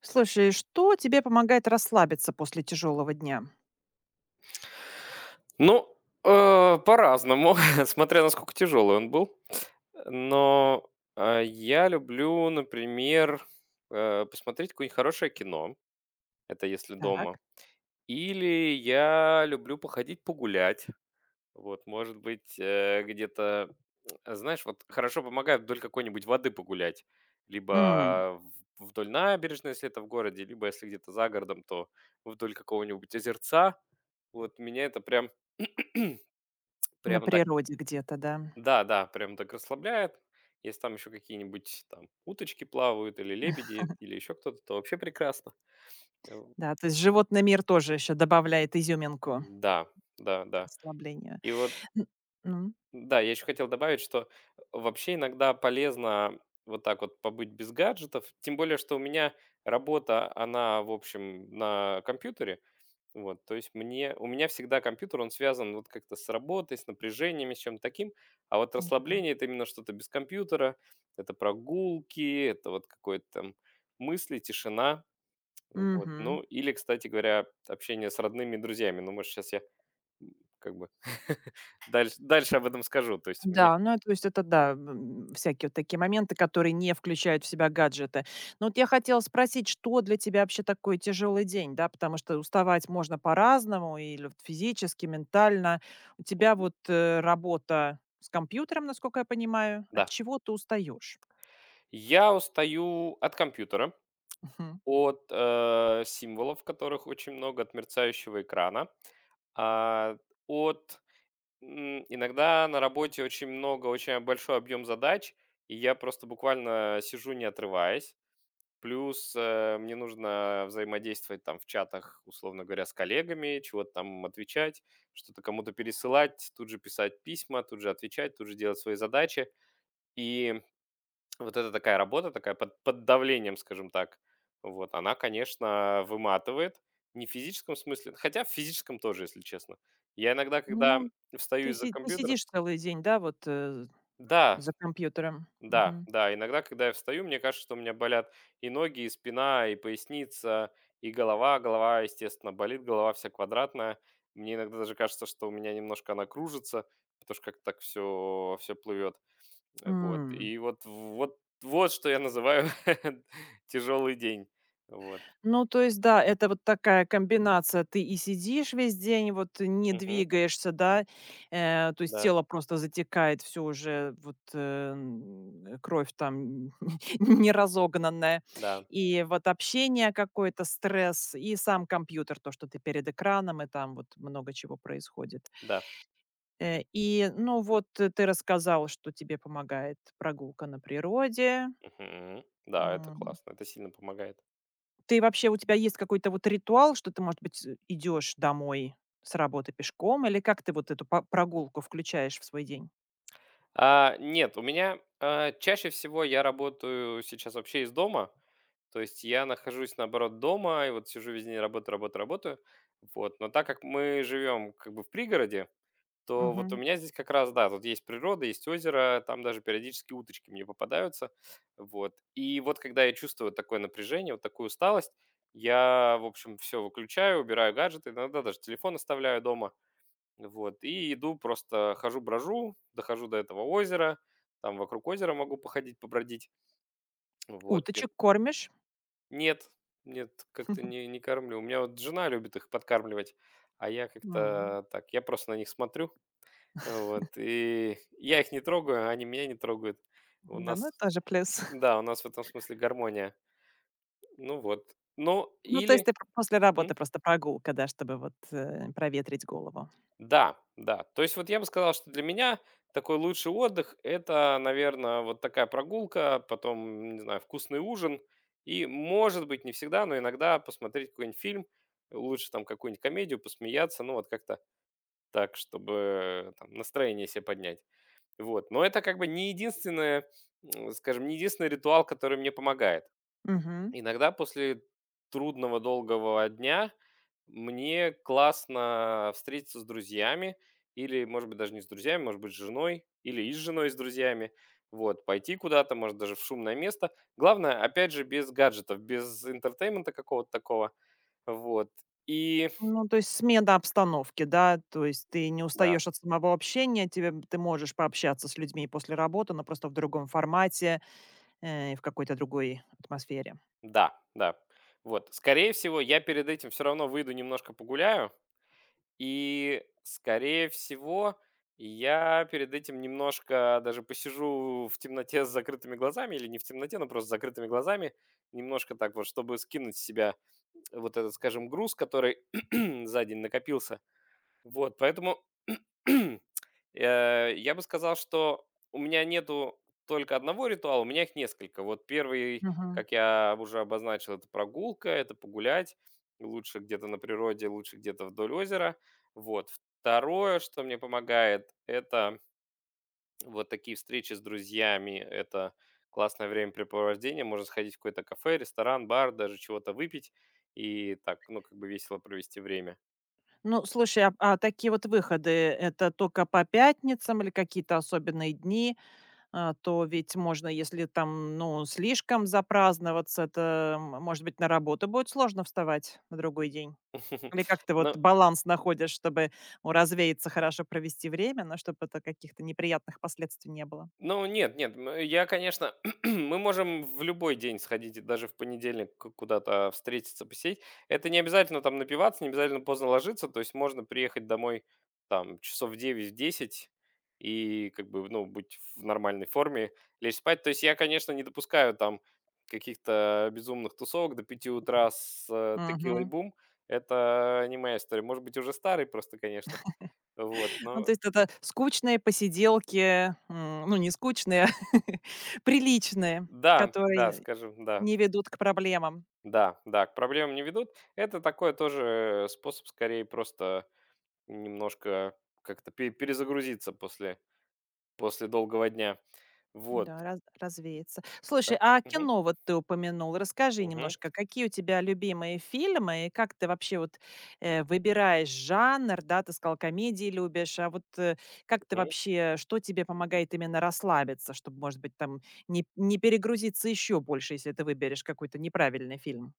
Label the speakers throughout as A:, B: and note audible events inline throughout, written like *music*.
A: Слушай, что тебе помогает расслабиться после тяжелого дня?
B: Ну, по-разному, *laughs* смотря насколько тяжелый он был. Но, я люблю, например, посмотреть какое-нибудь хорошее кино. Это если дома.
A: Так.
B: Или я люблю походить погулять. Вот, может быть, где-то, знаешь, вот хорошо помогает вдоль какой-нибудь воды погулять.
A: М,
B: Либо в вдоль набережной, если это в городе, либо если где-то за городом, то вдоль какого-нибудь озерца. Вот меня это прям
A: на
B: прямо так.
A: природе где-то, да?
B: Да, да, прям так расслабляет. Если там еще какие-нибудь там уточки плавают или лебеди, или еще кто-то, то вообще прекрасно. Э,
A: Да, то есть животный мир тоже еще добавляет изюминку
B: Да, да,
A: к
B: да.
A: расслаблению.
B: И вот,
A: Н ну,
B: да, я еще хотел добавить, что вообще иногда полезно вот так вот побыть без гаджетов, тем более, что у меня работа, она, в общем, на компьютере. Вот, то есть мне у меня всегда компьютер, он связан вот как-то с работой, с напряжениями, с чем-то таким, а вот
A: ну да.
B: расслабление— это именно что-то без компьютера, это прогулки, это вот какое-то там мысли, тишина, вот, ну, или, кстати говоря, общение с родными и друзьями, ну, может, сейчас я как бы дальше об этом скажу, то есть у меня,
A: Да, ну, то есть это да, всякие вот такие моменты, которые не включают в себя гаджеты. Но вот я хотела спросить, что для тебя вообще такой тяжелый день, да, потому что уставать можно по-разному, или вот физически, ментально. У тебя
B: м,
A: вот работа с компьютером, насколько я понимаю, от
B: да.
A: чего ты устаешь?
B: Я устаю от компьютера,
A: Мгм.
B: от символов, которых очень много, от мерцающего экрана, а, от иногда на работе очень много, очень большой объем задач, и я просто буквально сижу, не отрываясь. Плюс мне нужно взаимодействовать там в чатах, условно говоря, с коллегами, чего-то там отвечать, что-то кому-то пересылать, тут же писать письма, тут же отвечать, тут же делать свои задачи. И вот это такая работа, такая под давлением, скажем так, вот, она, конечно, выматывает. Не в физическом смысле, хотя в физическом тоже, если честно. Я иногда, когда
A: Ну,
B: встаю из-за
A: не
B: компьютера,
A: сидишь целый день, да,
B: да,
A: за компьютером.
B: да,
A: Мгм.
B: да. Иногда, когда я встаю, мне кажется, что у меня болят и ноги, и спина, и поясница, и голова. Голова, естественно, болит, голова вся квадратная. Мне иногда даже кажется, что у меня немножко она кружится, потому что как так все плывет. Вот.
A: М.
B: И вот что я называю *laughs* тяжелый день. Вот.
A: Ну, то есть, да, это вот такая комбинация. Ты и сидишь весь день, вот не
B: Мгм.
A: двигаешься, да, то есть
B: Да,
A: тело просто затекает, все уже, кровь там *laughs* не разогнанная.
B: да,
A: И вот общение какое-то, стресс, и сам компьютер, то, что ты перед экраном, и там вот много чего происходит.
B: да.
A: И, ну, ты рассказал, что тебе помогает прогулка на природе.
B: Мгм. Да, это классно, это сильно помогает.
A: Ты вообще, у тебя есть какой-то вот ритуал, что ты, может быть, идешь домой с работы пешком, или как ты вот эту по прогулку включаешь в свой день?
B: Нет, у меня чаще всего я работаю сейчас вообще из дома. То есть я нахожусь, наоборот, дома, и вот сижу весь день, работаю, работаю, работаю. Вот. Но так как мы живем как бы в пригороде, то вот у
A: Мгм.
B: меня здесь как раз, да, тут есть природа, есть озеро, там даже периодически уточки мне попадаются. Вот. И вот когда я чувствую такое напряжение, вот такую усталость, я, в общем, все выключаю, убираю гаджеты, иногда даже телефон оставляю дома, вот, и иду просто хожу-брожу, дохожу до этого озера, там вокруг озера могу походить, побродить. Вот.
A: Уточек кормишь?
B: Нет, нет, как-то не кормлю. У меня вот жена любит их подкармливать, а я
A: М.
B: как-то так, я просто на них смотрю, вот, и я их не трогаю, они меня не трогают. У
A: Да, ну
B: нас,
A: это тоже плюс. *laughs*
B: да, у нас в этом смысле гармония. Ну вот. Ну,
A: Ну, то есть
B: или...
A: ты п после работы просто прогулка, да, чтобы вот, проветрить голову.
B: Да, да. То есть вот я бы сказал, что для меня такой лучший отдых— это, наверное, вот такая прогулка, потом, не знаю, вкусный ужин и, может быть, не всегда, но иногда посмотреть какой-нибудь фильм, лучше там какую-нибудь комедию, посмеяться, ну, вот как-то так, чтобы там настроение себе поднять. Вот, но это как бы не единственное, скажем, не единственный ритуал, который мне помогает.
A: Мгм.
B: Иногда после трудного долгого дня мне классно встретиться с друзьями или, может быть, даже не с друзьями, может быть, с женой или и с женой, и с друзьями. Вот, пойти куда-то, может, даже в шумное место. Главное, опять же, без гаджетов, без интертеймента какого-то такого. Вот. И
A: Ну, то есть смена обстановки, да, то есть ты не
B: да,
A: устаешь от самого общения, тебе ты можешь пообщаться с людьми после работы, но просто в другом формате, и в какой-то другой атмосфере.
B: да, да. Вот. Скорее всего, я перед этим все равно выйду немножко погуляю, и, скорее всего, я перед этим немножко даже посижу в темноте с закрытыми глазами, или не в темноте, но просто с закрытыми глазами, немножко так вот, чтобы скинуть с себя вот этот, скажем, груз, который *clears throat* за день накопился. Вот, поэтому *clears throat* я бы сказал, что у меня нету только одного ритуала, у меня их несколько. Вот первый, как я уже обозначил, это прогулка, это погулять. Лучше где-то на природе, лучше где-то вдоль озера. Вот. Второе, что мне помогает, это вот такие встречи с друзьями. Это классное времяпрепровождение. Можно сходить в какое-то кафе, ресторан, бар, даже чего-то выпить и так, ну, как бы весело провести время.
A: Ну, слушай, а такие вот выходы — это только по пятницам или какие-то особенные дни? А, то ведь можно, если там, ну, слишком запраздноваться, это, может быть, на работу будет сложно вставать на другой день? Или как
B: *laughs*
A: ты
B: Но
A: вот баланс находишь, чтобы, ну, развеяться, хорошо провести время, но чтобы это каких-то неприятных последствий не было?
B: Ну, нет, нет, я, конечно, *clears throat* мы можем в любой день сходить, и даже в понедельник куда-то встретиться, посидеть. Это не обязательно там напиваться, не обязательно поздно ложиться, то есть можно приехать домой там часов в 9 десять и как бы, ну, быть в нормальной форме, лечь спать. То есть я, конечно, не допускаю там каких-то безумных тусовок до 5 утра с текилой
A: Мгм.
B: бум. Это не моя история. Может быть, уже старый просто, конечно. Вот,
A: Ну,
B: но
A: то есть это скучные посиделки, ну, не скучные, *laughs* приличные,
B: да, да,
A: которые
B: скажем, да.
A: не ведут к проблемам.
B: Да, да, к проблемам не ведут. Это такой тоже способ, скорее, просто немножко как-то перезагрузиться после долгого дня. Вот.
A: Да, раз развеется.
B: Э,
A: Слушай, а
B: Мгм,
A: кино вот ты упомянул. Расскажи
B: мгм,
A: немножко, какие у тебя любимые фильмы и как ты вообще вот, выбираешь жанр? Да, ты сказал, комедии любишь. А вот, как ты
B: мгм.
A: вообще что тебе помогает именно расслабиться, чтобы, может быть, там не перегрузиться еще больше, если ты выберешь какой-то неправильный фильм?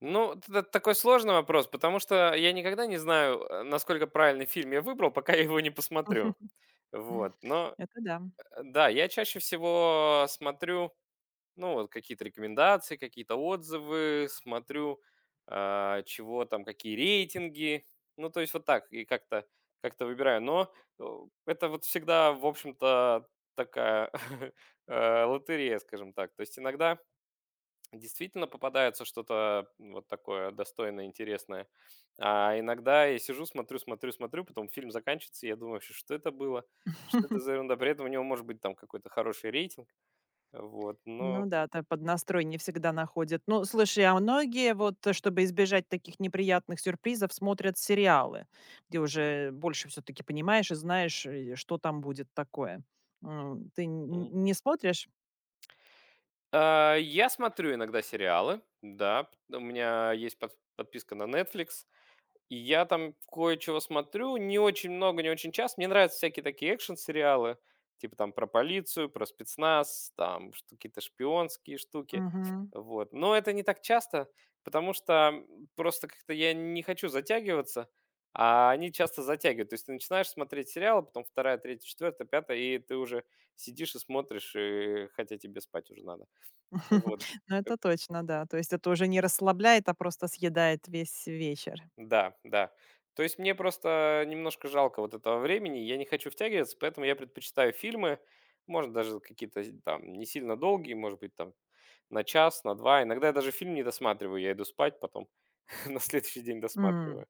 B: Ну, это такой сложный вопрос, потому что я никогда не знаю, насколько правильный фильм я выбрал, пока я его не посмотрю.
A: М.
B: Вот. Но
A: Это да.
B: да, я чаще всего смотрю. Ну, вот какие-то рекомендации, какие-то отзывы, смотрю, чего там, какие рейтинги. Ну, то есть вот так, и как-то выбираю. Но э, это вот всегда, в общем-то, такая *laughs* лотерея, скажем так. То есть иногда действительно попадается что-то вот такое достойное, интересное. А иногда я сижу, смотрю, смотрю, смотрю, потом фильм заканчивается, и я думаю, вообще, что это было, что это за ерунда. При этом у него может быть там какой-то хороший рейтинг. Вот,
A: Ну
B: но...
A: да, та под настрой не всегда находят. Ну, слушай, а многие вот, чтобы избежать таких неприятных сюрпризов, смотрят сериалы, где уже больше все-таки понимаешь и знаешь, что там будет такое. М. Ты не смотришь?
B: Я смотрю иногда сериалы, да. У меня есть подписка на Netflix. И я там кое-чего смотрю, не очень много, не очень часто. Мне нравятся всякие такие экшн-сериалы, типа там про полицию, про спецназ, там какие-то шпионские штуки.
A: Мгм.
B: Вот. Но это не так часто, потому что просто как-то я не хочу затягиваться, а они часто затягивают. То есть ты начинаешь смотреть сериалы, потом вторая, третья, четвертая, пятая, и ты уже сидишь и смотришь, и хотя тебе спать уже надо. Вот.
A: *laughs* Ну,
B: Эт
A: это точно, да. То есть это уже не расслабляет, а просто съедает весь вечер.
B: Да, да. То есть мне просто немножко жалко вот этого времени. Я не хочу втягиваться, поэтому я предпочитаю фильмы. Может, даже какие-то з там не сильно долгие, может быть, там на час, на 2. Иногда я даже фильм не досматриваю, я иду спать, потом *laughs* на следующий день
A: М.
B: досматриваю.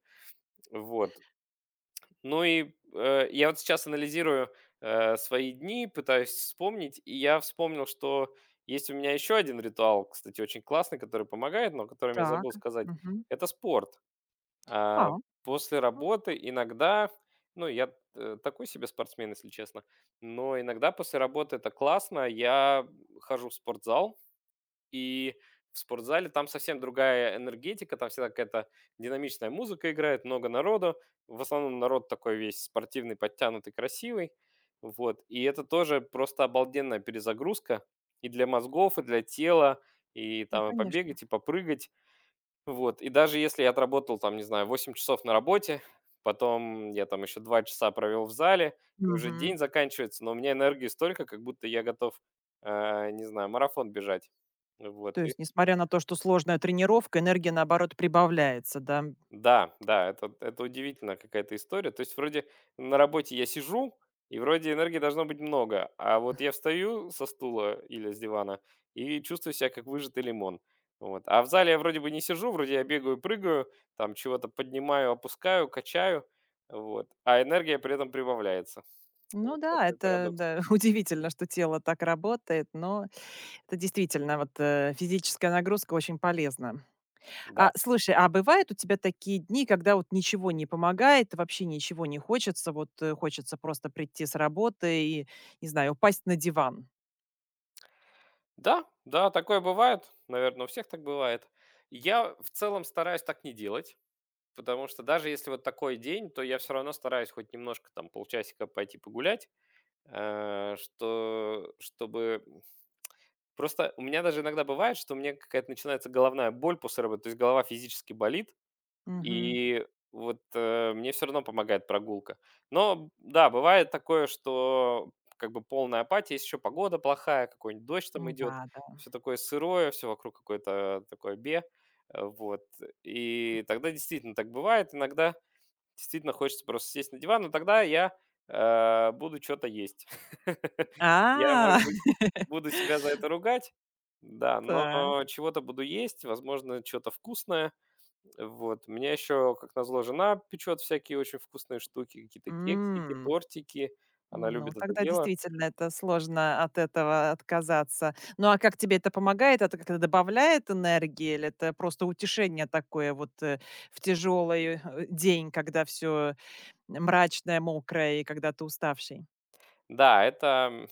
B: Вот. Ну и, я вот сейчас анализирую, свои дни, пытаюсь вспомнить, и я вспомнил, что есть у меня еще один ритуал, кстати, очень классный, который помогает, но о котором я
A: Так.
B: забыл сказать.
A: Мгм.
B: Это спорт. А,
A: А,
B: после
A: ну,
B: работы иногда, ну, я, такой себе спортсмен, если честно, но иногда после работы это классно. Я хожу в спортзал, и в спортзале там совсем другая энергетика, там всегда какая-то динамичная музыка играет, много народу. В основном народ такой весь спортивный, подтянутый, красивый. Вот. И это тоже просто обалденная перезагрузка и для мозгов, и для тела, и
A: ну,
B: там и
A: конечно.
B: побегать, и попрыгать. Вот, и даже если я отработал там, не знаю, 8 часов на работе, потом я там еще 2 часа провел в зале, и уже
A: Мгм.
B: день заканчивается, но у меня энергии столько, как будто я готов, не знаю, марафон бежать. Вот.
A: То есть, несмотря на то, что сложная тренировка, энергия, наоборот, прибавляется, да?
B: Да, да, это удивительная какая-то история. То есть вроде на работе я сижу, и вроде энергии должно быть много, а вот я встаю со стула или с дивана и чувствую себя как выжатый лимон. Вот. А в зале я вроде бы не сижу, вроде я бегаю, прыгаю, там чего-то поднимаю, опускаю, качаю, вот. А энергия при этом прибавляется. Вот
A: Ну да,
B: такой
A: это
B: парадокс.
A: да, *laughs* удивительно, что тело так работает, но это действительно вот физическая нагрузка очень полезна. А,
B: Да.
A: слушай, а бывают у тебя такие дни, когда вот ничего не помогает, вообще ничего не хочется, хочется просто прийти с работы и, не знаю, упасть на диван?
B: Да, да, такое бывает. Наверное, у всех так бывает. Я в целом стараюсь так не делать. Потому что даже если вот такой день, то я все равно стараюсь хоть немножко там полчасика пойти погулять, э, что чтобы просто у меня даже иногда бывает, что у меня какая-то начинается головная боль после работы, то есть голова физически болит,
A: Мгм.
B: и вот, мне все равно помогает прогулка. Но да, бывает такое, что как бы полная апатия, есть еще погода плохая, какой-нибудь дождь там идет,
A: Да, да.
B: все такое сырое, все вокруг какое-то такое вот. И тогда действительно так бывает иногда, действительно хочется просто сесть на диван, но тогда я, буду что то есть. *laughs* Я,
A: А,
B: может быть,
A: *laughs*
B: буду себя за это ругать, да,
A: так.
B: но чего-то буду есть, возможно, что то вкусное. Вот. У меня еще, как назло, жена печет всякие очень вкусные штуки, какие-то кексики,
A: М.
B: тортики. Она
A: Ну,
B: любит это
A: тогда
B: дело.
A: действительно это сложно от этого отказаться. Ну, а как тебе это помогает? Это как-то добавляет энергии или это просто утешение такое в тяжелый день, когда все мрачное, мокрое и когда ты уставший?
B: Да, это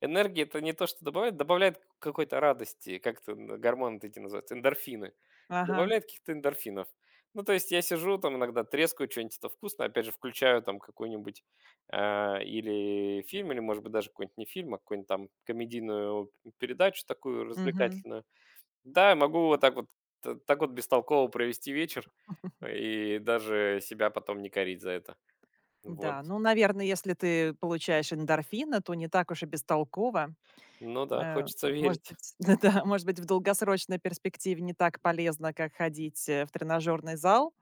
B: энергии— это не то, что добавляет какой-то радости, как это н гормоны-то эти называются, эндорфины.
A: Ага.
B: Добавляет каких-то эндорфинов. Ну, то есть я сижу там иногда трескаю что нибудь это вкусное, опять же, включаю там какой-нибудь, или фильм, или, может быть, даже какой-нибудь не фильм, а какую-нибудь там комедийную передачу такую
A: Мгм.
B: развлекательную. Да, могу вот так вот т так вот бестолково провести вечер и даже себя потом не корить за это. Вот.
A: Да, ну, наверное, если ты получаешь эндорфина, то не так уж и бестолково.
B: Ну да,
A: Э,
B: хочется
A: Может
B: верить.
A: быть, *laughs* да, может быть, в долгосрочной перспективе не так полезно, как ходить в тренажерный зал.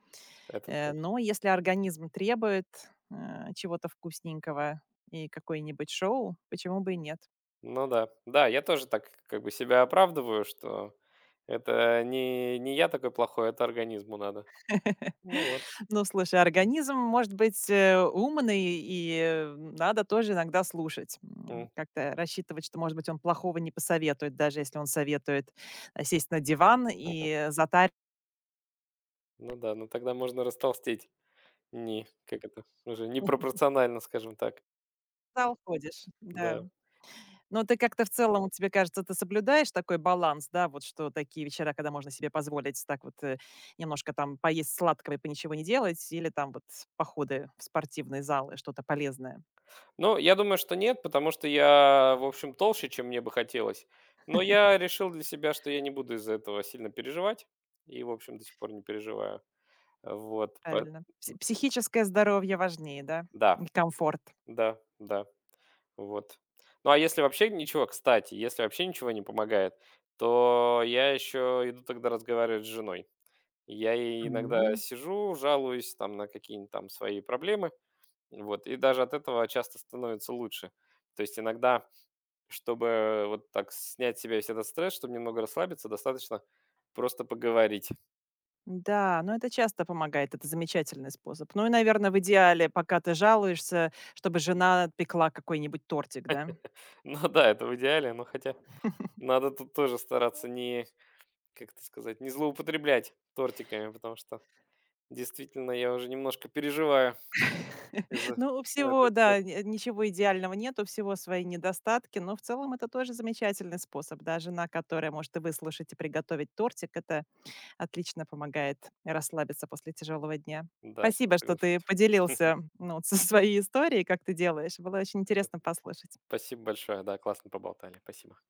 B: Это точно.
A: Но если организм требует, э, чего-то вкусненького и какое-нибудь шоу, почему бы и нет?
B: Ну да. Да, я тоже так как бы себя оправдываю, что это не я такой плохой, это организму надо. Ну вот.
A: Ну, слушай, организм может быть, умный, и, надо тоже иногда слушать.
B: М,
A: Как-то рассчитывать, что, может быть, он плохого не посоветует, даже если он советует, сесть на диван
B: *laughs* Мгм.
A: и затаривать,
B: Ну да, ну тогда можно растолстеть. Не, как это, уже непропорционально, скажем так.
A: куда уходишь. *laughs* Да.
B: Да.
A: Но ты как-то в целом, вот тебе кажется, ты соблюдаешь такой баланс, да, вот что такие вечера, когда можно себе позволить так вот немножко там поесть сладкого и по ничего не делать, или там вот походы в спортивные залы, что-то полезное.
B: Ну, я думаю, что нет, потому что я, в общем, толще, чем мне бы хотелось. Но я решил для себя, что я не буду из-за этого сильно переживать. И, в общем, до сих пор не переживаю. Вот.
A: Правильно. Психическое здоровье важнее, да,
B: Да,
A: и комфорт.
B: да, да. Вот. Ну, а если вообще ничего, кстати, если вообще ничего не помогает, то я еще иду тогда разговаривать с женой. Я ей иногда
A: М.
B: сижу, жалуюсь там на какие-нибудь там свои проблемы, вот, и даже от этого часто становится лучше. То есть иногда, чтобы вот так снять с себя весь этот стресс, чтобы немного расслабиться, достаточно просто поговорить. *laughs*
A: Да, но это часто помогает, это замечательный способ. Ну и, наверное, в идеале, пока ты жалуешься, чтобы жена пекла какой-нибудь тортик, да?
B: Ну да, это в идеале, но хотя надо тут тоже стараться не, как это сказать, не злоупотреблять тортиками, потому что действительно, я уже немножко переживаю
A: *laughs*
B: из-за
A: Ну, у
B: на этот
A: всего,
B: счет.
A: да, ничего идеального нет, у всего свои недостатки, но в целом это тоже замечательный способ. Да, жена, которая может и выслушать, и приготовить тортик, это отлично помогает расслабиться после тяжелого дня.
B: Да, тут
A: Спасибо, что ты
B: соглашусь.
A: поделился ну, *laughs* со своей историей, как ты делаешь. Было очень интересно послушать.
B: Спасибо большое. Да, классно поболтали. Спасибо.